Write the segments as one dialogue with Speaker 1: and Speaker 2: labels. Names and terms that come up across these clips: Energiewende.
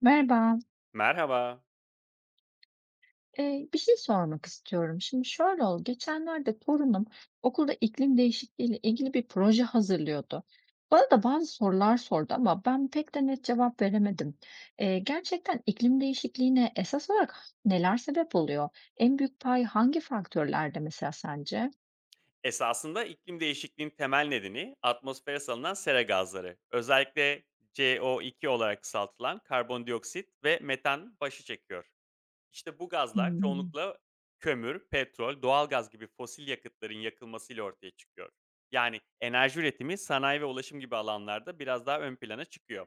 Speaker 1: Merhaba.
Speaker 2: Merhaba.
Speaker 1: Bir şey sormak istiyorum. Şimdi şöyle oldu. Geçenlerde torunum okulda iklim değişikliği ile ilgili bir proje hazırlıyordu. Bana da bazı sorular sordu ama ben pek de net cevap veremedim. Gerçekten iklim değişikliğine esas olarak neler sebep oluyor? En büyük pay hangi faktörlerde mesela sence?
Speaker 2: Esasında iklim değişikliğinin temel nedeni atmosfere salınan sera gazları. Özellikle CO2 olarak kısaltılan karbondioksit ve metan başı çekiyor. İşte bu gazlar
Speaker 1: Hmm.
Speaker 2: çoğunlukla kömür, petrol, doğal gaz gibi fosil yakıtların yakılmasıyla ortaya çıkıyor. Yani enerji üretimi, sanayi ve ulaşım gibi alanlarda biraz daha ön plana çıkıyor.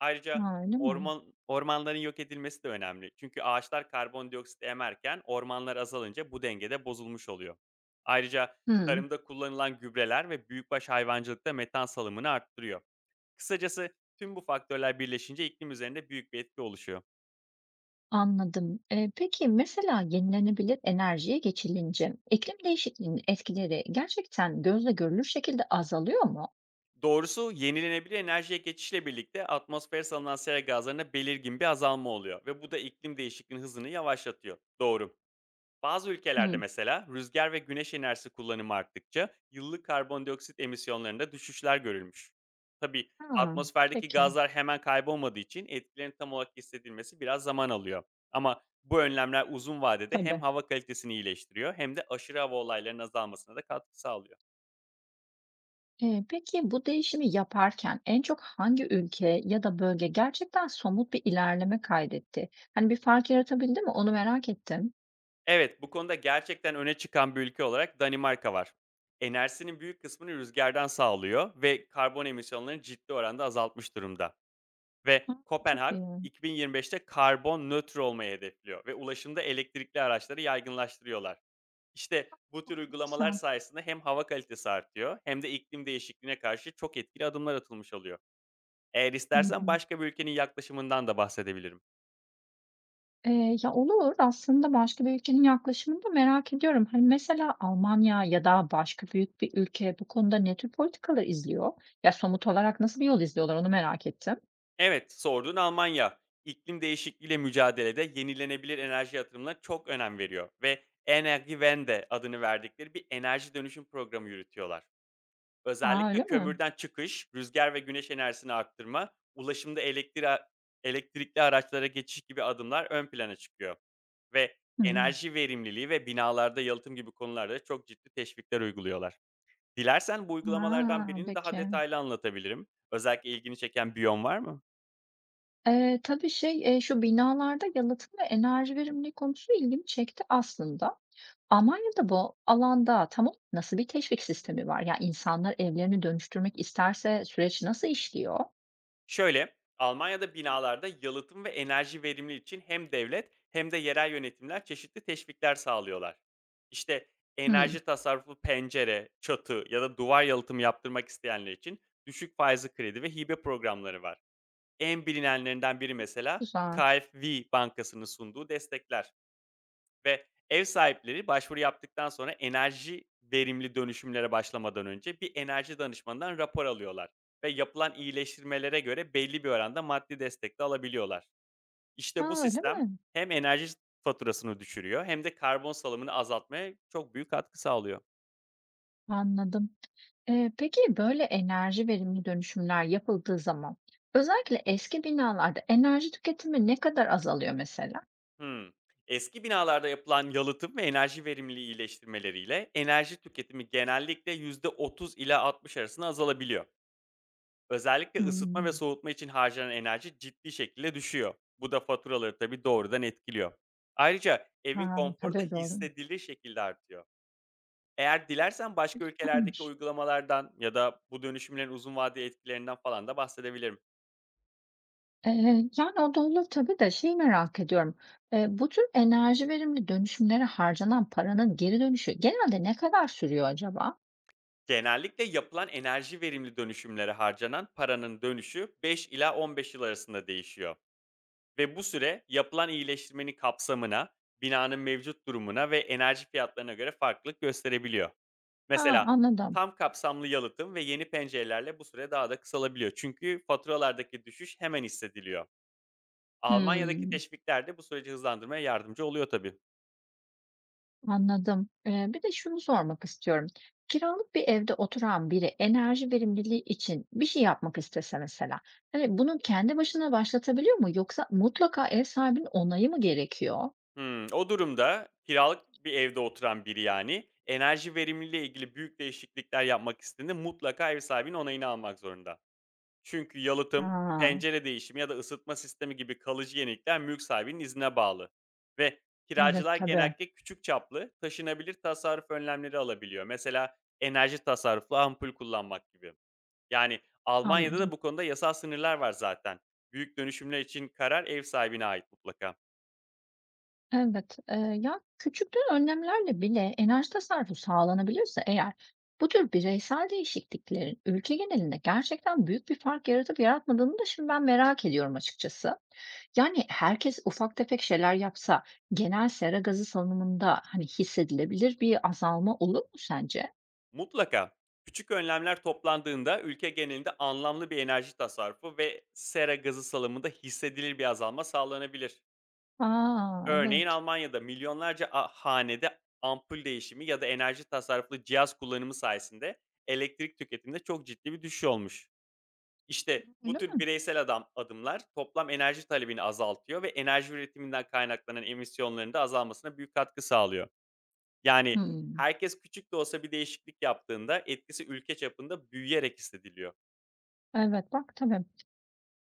Speaker 2: Ayrıca
Speaker 1: Ha, öyle mi?
Speaker 2: ormanların yok edilmesi de önemli. Çünkü ağaçlar karbondioksit emerken ormanlar azalınca bu dengede bozulmuş oluyor. Ayrıca
Speaker 1: Hmm.
Speaker 2: tarımda kullanılan gübreler ve büyükbaş hayvancılıkta metan salımını arttırıyor. Kısacası tüm bu faktörler birleşince iklim üzerinde büyük bir etki oluşuyor.
Speaker 1: Anladım. Peki mesela yenilenebilir enerjiye geçilince iklim değişikliğinin etkileri gerçekten gözle görülür şekilde azalıyor mu?
Speaker 2: Doğrusu yenilenebilir enerjiye geçişle birlikte atmosfere salınan sera gazlarına belirgin bir azalma oluyor ve bu da iklim değişikliğinin hızını yavaşlatıyor. Doğru. Bazı ülkelerde
Speaker 1: Hmm.
Speaker 2: mesela rüzgar ve güneş enerjisi kullanımı arttıkça yıllık karbondioksit emisyonlarında düşüşler görülmüş. Tabii
Speaker 1: Ha,
Speaker 2: atmosferdeki
Speaker 1: peki.
Speaker 2: gazlar hemen kaybolmadığı için etkilerin tam olarak hissedilmesi biraz zaman alıyor. Ama bu önlemler uzun vadede hem
Speaker 1: Tabii.
Speaker 2: hava kalitesini iyileştiriyor hem de aşırı hava olaylarının azalmasına da katkı sağlıyor.
Speaker 1: Peki bu değişimi yaparken en çok hangi ülke ya da bölge gerçekten somut bir ilerleme kaydetti? Hani bir fark yaratabildi mi? Onu merak ettim.
Speaker 2: Evet, bu konuda gerçekten öne çıkan bir ülke olarak Danimarka var. Enerjisinin büyük kısmını rüzgardan sağlıyor ve karbon emisyonlarını ciddi oranda azaltmış durumda. Ve
Speaker 1: Ha, çok
Speaker 2: Kopenhag
Speaker 1: iyi.
Speaker 2: 2025'te karbon nötr olmayı hedefliyor ve ulaşımda elektrikli araçları yaygınlaştırıyorlar. İşte bu tür uygulamalar
Speaker 1: Sen.
Speaker 2: sayesinde hem hava kalitesi artıyor hem de iklim değişikliğine karşı çok etkili adımlar atılmış oluyor. Eğer
Speaker 1: Hı
Speaker 2: istersen
Speaker 1: hı.
Speaker 2: başka bir ülkenin yaklaşımından da bahsedebilirim.
Speaker 1: Ya, olur. Aslında başka bir ülkenin yaklaşımını da merak ediyorum. Hani, mesela Almanya ya da başka büyük bir ülke bu konuda ne tür politikalar izliyor? Ya, somut olarak nasıl bir yol izliyorlar onu merak ettim.
Speaker 2: Evet, sorduğun Almanya iklim değişikliğiyle mücadelede yenilenebilir enerji yatırımına çok önem veriyor ve Energiewende adını verdikleri bir enerji dönüşüm programı yürütüyorlar.
Speaker 1: A,
Speaker 2: Özellikle
Speaker 1: öyle mi?
Speaker 2: kömürden çıkış, rüzgar ve güneş enerjisini arttırma, ulaşımda elektrikli araçlara geçiş gibi adımlar ön plana çıkıyor. Ve
Speaker 1: Hımm.
Speaker 2: enerji verimliliği ve binalarda yalıtım gibi konularda çok ciddi teşvikler uyguluyorlar. Dilersen bu uygulamalardan
Speaker 1: Ha,
Speaker 2: birini daha
Speaker 1: peki.
Speaker 2: detaylı anlatabilirim. Özellikle ilgini çeken bir yön var mı?
Speaker 1: Tabii, şu binalarda yalıtım ve enerji verimliliği konusu ilgimi çekti aslında. Almanya'da bu alanda tam olarak nasıl bir teşvik sistemi var? Ya, insanlar evlerini dönüştürmek isterse süreç nasıl işliyor?
Speaker 2: Şöyle, Almanya'da binalarda yalıtım ve enerji verimliliği için hem devlet hem de yerel yönetimler çeşitli teşvikler sağlıyorlar. İşte
Speaker 1: Hımm,
Speaker 2: enerji tasarruflu pencere, çatı ya da duvar yalıtımı yaptırmak isteyenler için düşük faizli kredi ve hibe programları var. En bilinenlerinden biri mesela
Speaker 1: güzel.
Speaker 2: KfW Bankası'nın sunduğu destekler. Ve ev sahipleri başvuru yaptıktan sonra enerji verimli dönüşümlere başlamadan önce bir enerji danışmanından rapor alıyorlar ve yapılan iyileştirmelere göre belli bir oranda maddi destek de alabiliyorlar.
Speaker 1: A,
Speaker 2: İşte bu
Speaker 1: öyle
Speaker 2: sistem
Speaker 1: mi?
Speaker 2: hem enerji faturasını düşürüyor hem de karbon salımını azaltmaya çok büyük katkı sağlıyor.
Speaker 1: Anladım. Peki böyle enerji verimli dönüşümler yapıldığı zaman özellikle eski binalarda enerji tüketimi ne kadar azalıyor mesela?
Speaker 2: Hmm. Eski binalarda yapılan yalıtım ve enerji verimliliği iyileştirmeleriyle enerji tüketimi genellikle yüzde 30 ila 60 arasında azalabiliyor. Özellikle ısıtma ve
Speaker 1: Hımm.
Speaker 2: soğutma için harcanan enerji ciddi şekilde düşüyor. Bu da faturaları tabii doğrudan etkiliyor. Ayrıca evin
Speaker 1: Ha,
Speaker 2: konforu da
Speaker 1: tabii doğru.
Speaker 2: hissedilir şekilde artıyor. Eğer dilersen başka ülkelerdeki
Speaker 1: Varmış.
Speaker 2: uygulamalardan ya da bu dönüşümlerin uzun vadeli etkilerinden falan da bahsedebilirim.
Speaker 1: Yani o da olur tabii de şeyi merak ediyorum. Bu tür enerji verimli dönüşümlere harcanan paranın geri dönüşü genelde ne kadar sürüyor acaba?
Speaker 2: Genellikle yapılan enerji verimli dönüşümlere harcanan paranın dönüşü 5 ila 15 yıl arasında değişiyor. Ve bu süre yapılan iyileştirmenin kapsamına, binanın mevcut durumuna ve enerji fiyatlarına göre farklılık gösterebiliyor.
Speaker 1: Ha,
Speaker 2: Mesela
Speaker 1: anladım.
Speaker 2: tam kapsamlı yalıtım ve yeni pencerelerle bu süre daha da kısalabiliyor. Çünkü faturalardaki düşüş hemen hissediliyor. Almanya'daki
Speaker 1: Hımm.
Speaker 2: teşvikler de bu süreci hızlandırmaya yardımcı oluyor tabii.
Speaker 1: Anladım. Bir de şunu sormak istiyorum. Kiralık bir evde oturan biri enerji verimliliği için bir şey yapmak istese mesela, hani bunu kendi başına başlatabiliyor mu yoksa mutlaka ev sahibinin onayı mı gerekiyor?
Speaker 2: O durumda kiralık bir evde oturan biri, yani enerji verimliliğiyle ilgili büyük değişiklikler yapmak istediğinde, mutlaka ev sahibinin onayını almak zorunda. Çünkü yalıtım,
Speaker 1: Aa,
Speaker 2: pencere değişimi ya da ısıtma sistemi gibi kalıcı yenilikler mülk sahibinin iznine bağlı. Ve
Speaker 1: evet
Speaker 2: kiracılar
Speaker 1: tabii.
Speaker 2: genellikle küçük çaplı, taşınabilir tasarruf önlemleri alabiliyor. Mesela enerji tasarruflu ampul kullanmak gibi. Yani Almanya'da da
Speaker 1: Anladım.
Speaker 2: bu konuda yasal sınırlar var zaten. Büyük dönüşümler için karar ev sahibine ait mutlaka.
Speaker 1: Evet. Ya küçükten önlemlerle bile enerji tasarrufu sağlanabiliyorsa eğer bu tür bireysel değişikliklerin ülke genelinde gerçekten büyük bir fark yaratıp yaratmadığını da şimdi ben merak ediyorum açıkçası. Yani, herkes ufak tefek şeyler yapsa genel sera gazı salınımında, hani, hissedilebilir bir azalma olur mu sence?
Speaker 2: Mutlaka küçük önlemler toplandığında ülke genelinde anlamlı bir enerji tasarrufu ve sera gazı salımında hissedilir bir azalma sağlanabilir.
Speaker 1: A!
Speaker 2: Örneğin
Speaker 1: Evet.
Speaker 2: Almanya'da milyonlarca hanede ampul değişimi ya da enerji tasarruflu cihaz kullanımı sayesinde elektrik tüketiminde çok ciddi bir düşüş olmuş. İşte bu
Speaker 1: Öyle
Speaker 2: tür
Speaker 1: mi?
Speaker 2: bireysel adımlar toplam enerji talebini azaltıyor ve enerji üretiminden kaynaklanan emisyonların da azalmasına büyük katkı sağlıyor. Yani
Speaker 1: Hımm.
Speaker 2: herkes küçük de olsa bir değişiklik yaptığında etkisi ülke çapında büyüyerek hissediliyor.
Speaker 1: Evet, bak tabii.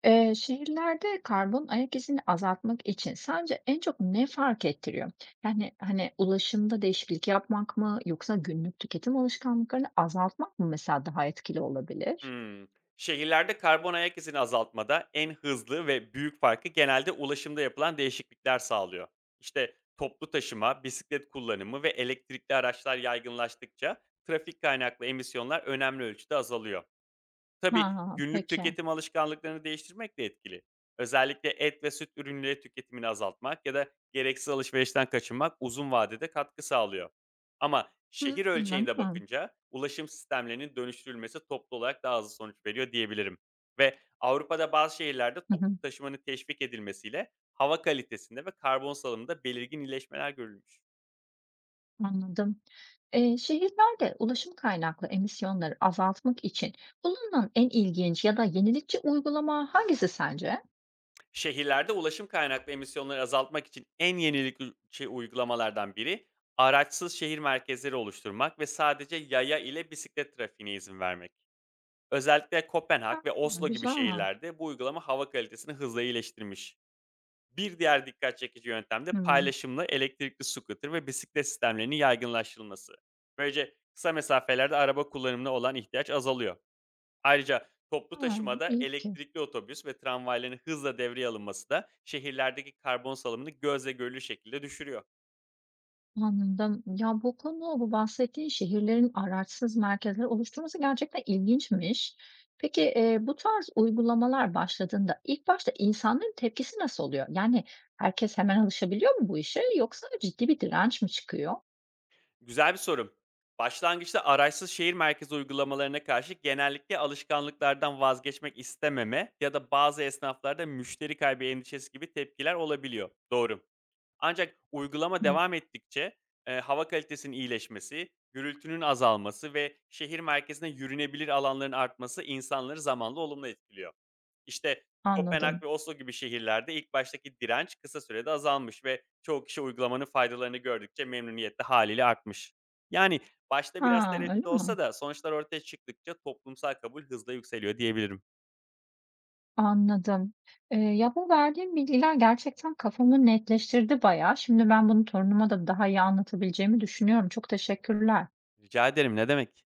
Speaker 1: Şehirlerde karbon ayak izini azaltmak için sence en çok ne fark ettiriyor? Yani, hani, ulaşımda değişiklik yapmak mı yoksa günlük tüketim alışkanlıklarını azaltmak mı mesela daha etkili olabilir?
Speaker 2: Hımm. Şehirlerde karbon ayak izini azaltmada en hızlı ve büyük farkı genelde ulaşımda yapılan değişiklikler sağlıyor. İşte, toplu taşıma, bisiklet kullanımı ve elektrikli araçlar yaygınlaştıkça trafik kaynaklı emisyonlar önemli ölçüde azalıyor. Tabii,
Speaker 1: Ha,
Speaker 2: günlük
Speaker 1: peki.
Speaker 2: tüketim alışkanlıklarını değiştirmek de etkili. Özellikle et ve süt ürünleri tüketimini azaltmak ya da gereksiz alışverişten kaçınmak uzun vadede katkı sağlıyor. Ama şehir
Speaker 1: Hımm, öyle.
Speaker 2: ölçeğinde bakınca ulaşım sistemlerinin dönüştürülmesi toplu olarak daha hızlı sonuç veriyor diyebilirim. Ve Avrupa'da bazı şehirlerde
Speaker 1: Hı
Speaker 2: toplu
Speaker 1: hı.
Speaker 2: taşımanın teşvik edilmesiyle hava kalitesinde ve karbon salımında belirgin iyileşmeler görülmüş.
Speaker 1: Anladım. Şehirlerde ulaşım kaynaklı emisyonları azaltmak için bulunan en ilginç ya da yenilikçi uygulama hangisi sence?
Speaker 2: Şehirlerde ulaşım kaynaklı emisyonları azaltmak için en yenilikçi uygulamalardan biri, araçsız şehir merkezleri oluşturmak ve sadece yaya ile bisiklet trafiğine izin vermek. Özellikle
Speaker 1: Ha,
Speaker 2: Kopenhag ve Oslo gibi
Speaker 1: güzel.
Speaker 2: şehirlerde bu uygulama hava kalitesini hızla iyileştirmiş. Bir diğer dikkat çekici yöntem de
Speaker 1: Hmm.
Speaker 2: paylaşımlı elektrikli scooter ve bisiklet sistemlerinin yaygınlaştırılması. Böylece kısa mesafelerde araba kullanımına olan ihtiyaç azalıyor. Ayrıca toplu
Speaker 1: Ha,
Speaker 2: taşımada
Speaker 1: iyi ki.
Speaker 2: elektrikli otobüs ve tramvayların hızla devreye alınması da şehirlerdeki karbon salımını gözle görülür şekilde düşürüyor.
Speaker 1: Anladım. Ya bu konu, bu bahsettiğin şehirlerin araçsız merkezler oluşturması gerçekten ilginçmiş. Peki bu tarz uygulamalar başladığında ilk başta insanların tepkisi nasıl oluyor? Yani herkes hemen alışabiliyor mu bu işe yoksa ciddi bir direnç mi çıkıyor?
Speaker 2: Güzel bir sorum. Başlangıçta araçsız şehir merkezi uygulamalarına karşı genellikle alışkanlıklardan vazgeçmek istememe ya da bazı esnaflarda müşteri kaybı endişesi gibi tepkiler olabiliyor. Doğru. Ancak uygulama
Speaker 1: Hmm.
Speaker 2: devam ettikçe, hava kalitesinin iyileşmesi, gürültünün azalması ve şehir merkezine yürünebilir alanların artması insanları zamanla olumlu etkiliyor. İşte Kopenhag
Speaker 1: Anladım.
Speaker 2: ve Oslo gibi şehirlerde ilk baştaki direnç kısa sürede azalmış ve çoğu kişi uygulamanın faydalarını gördükçe memnuniyette de artmış. Yani başta biraz
Speaker 1: Ha,
Speaker 2: tereddüt
Speaker 1: öyle
Speaker 2: olsa
Speaker 1: mi?
Speaker 2: da sonuçlar ortaya çıktıkça toplumsal kabul hızla yükseliyor diyebilirim.
Speaker 1: Anladım. Ya, bu verdiğim bilgiler gerçekten kafamı netleştirdi bayağı. Şimdi ben bunu torunuma da daha iyi anlatabileceğimi düşünüyorum. Çok teşekkürler.
Speaker 2: Rica ederim, ne demek.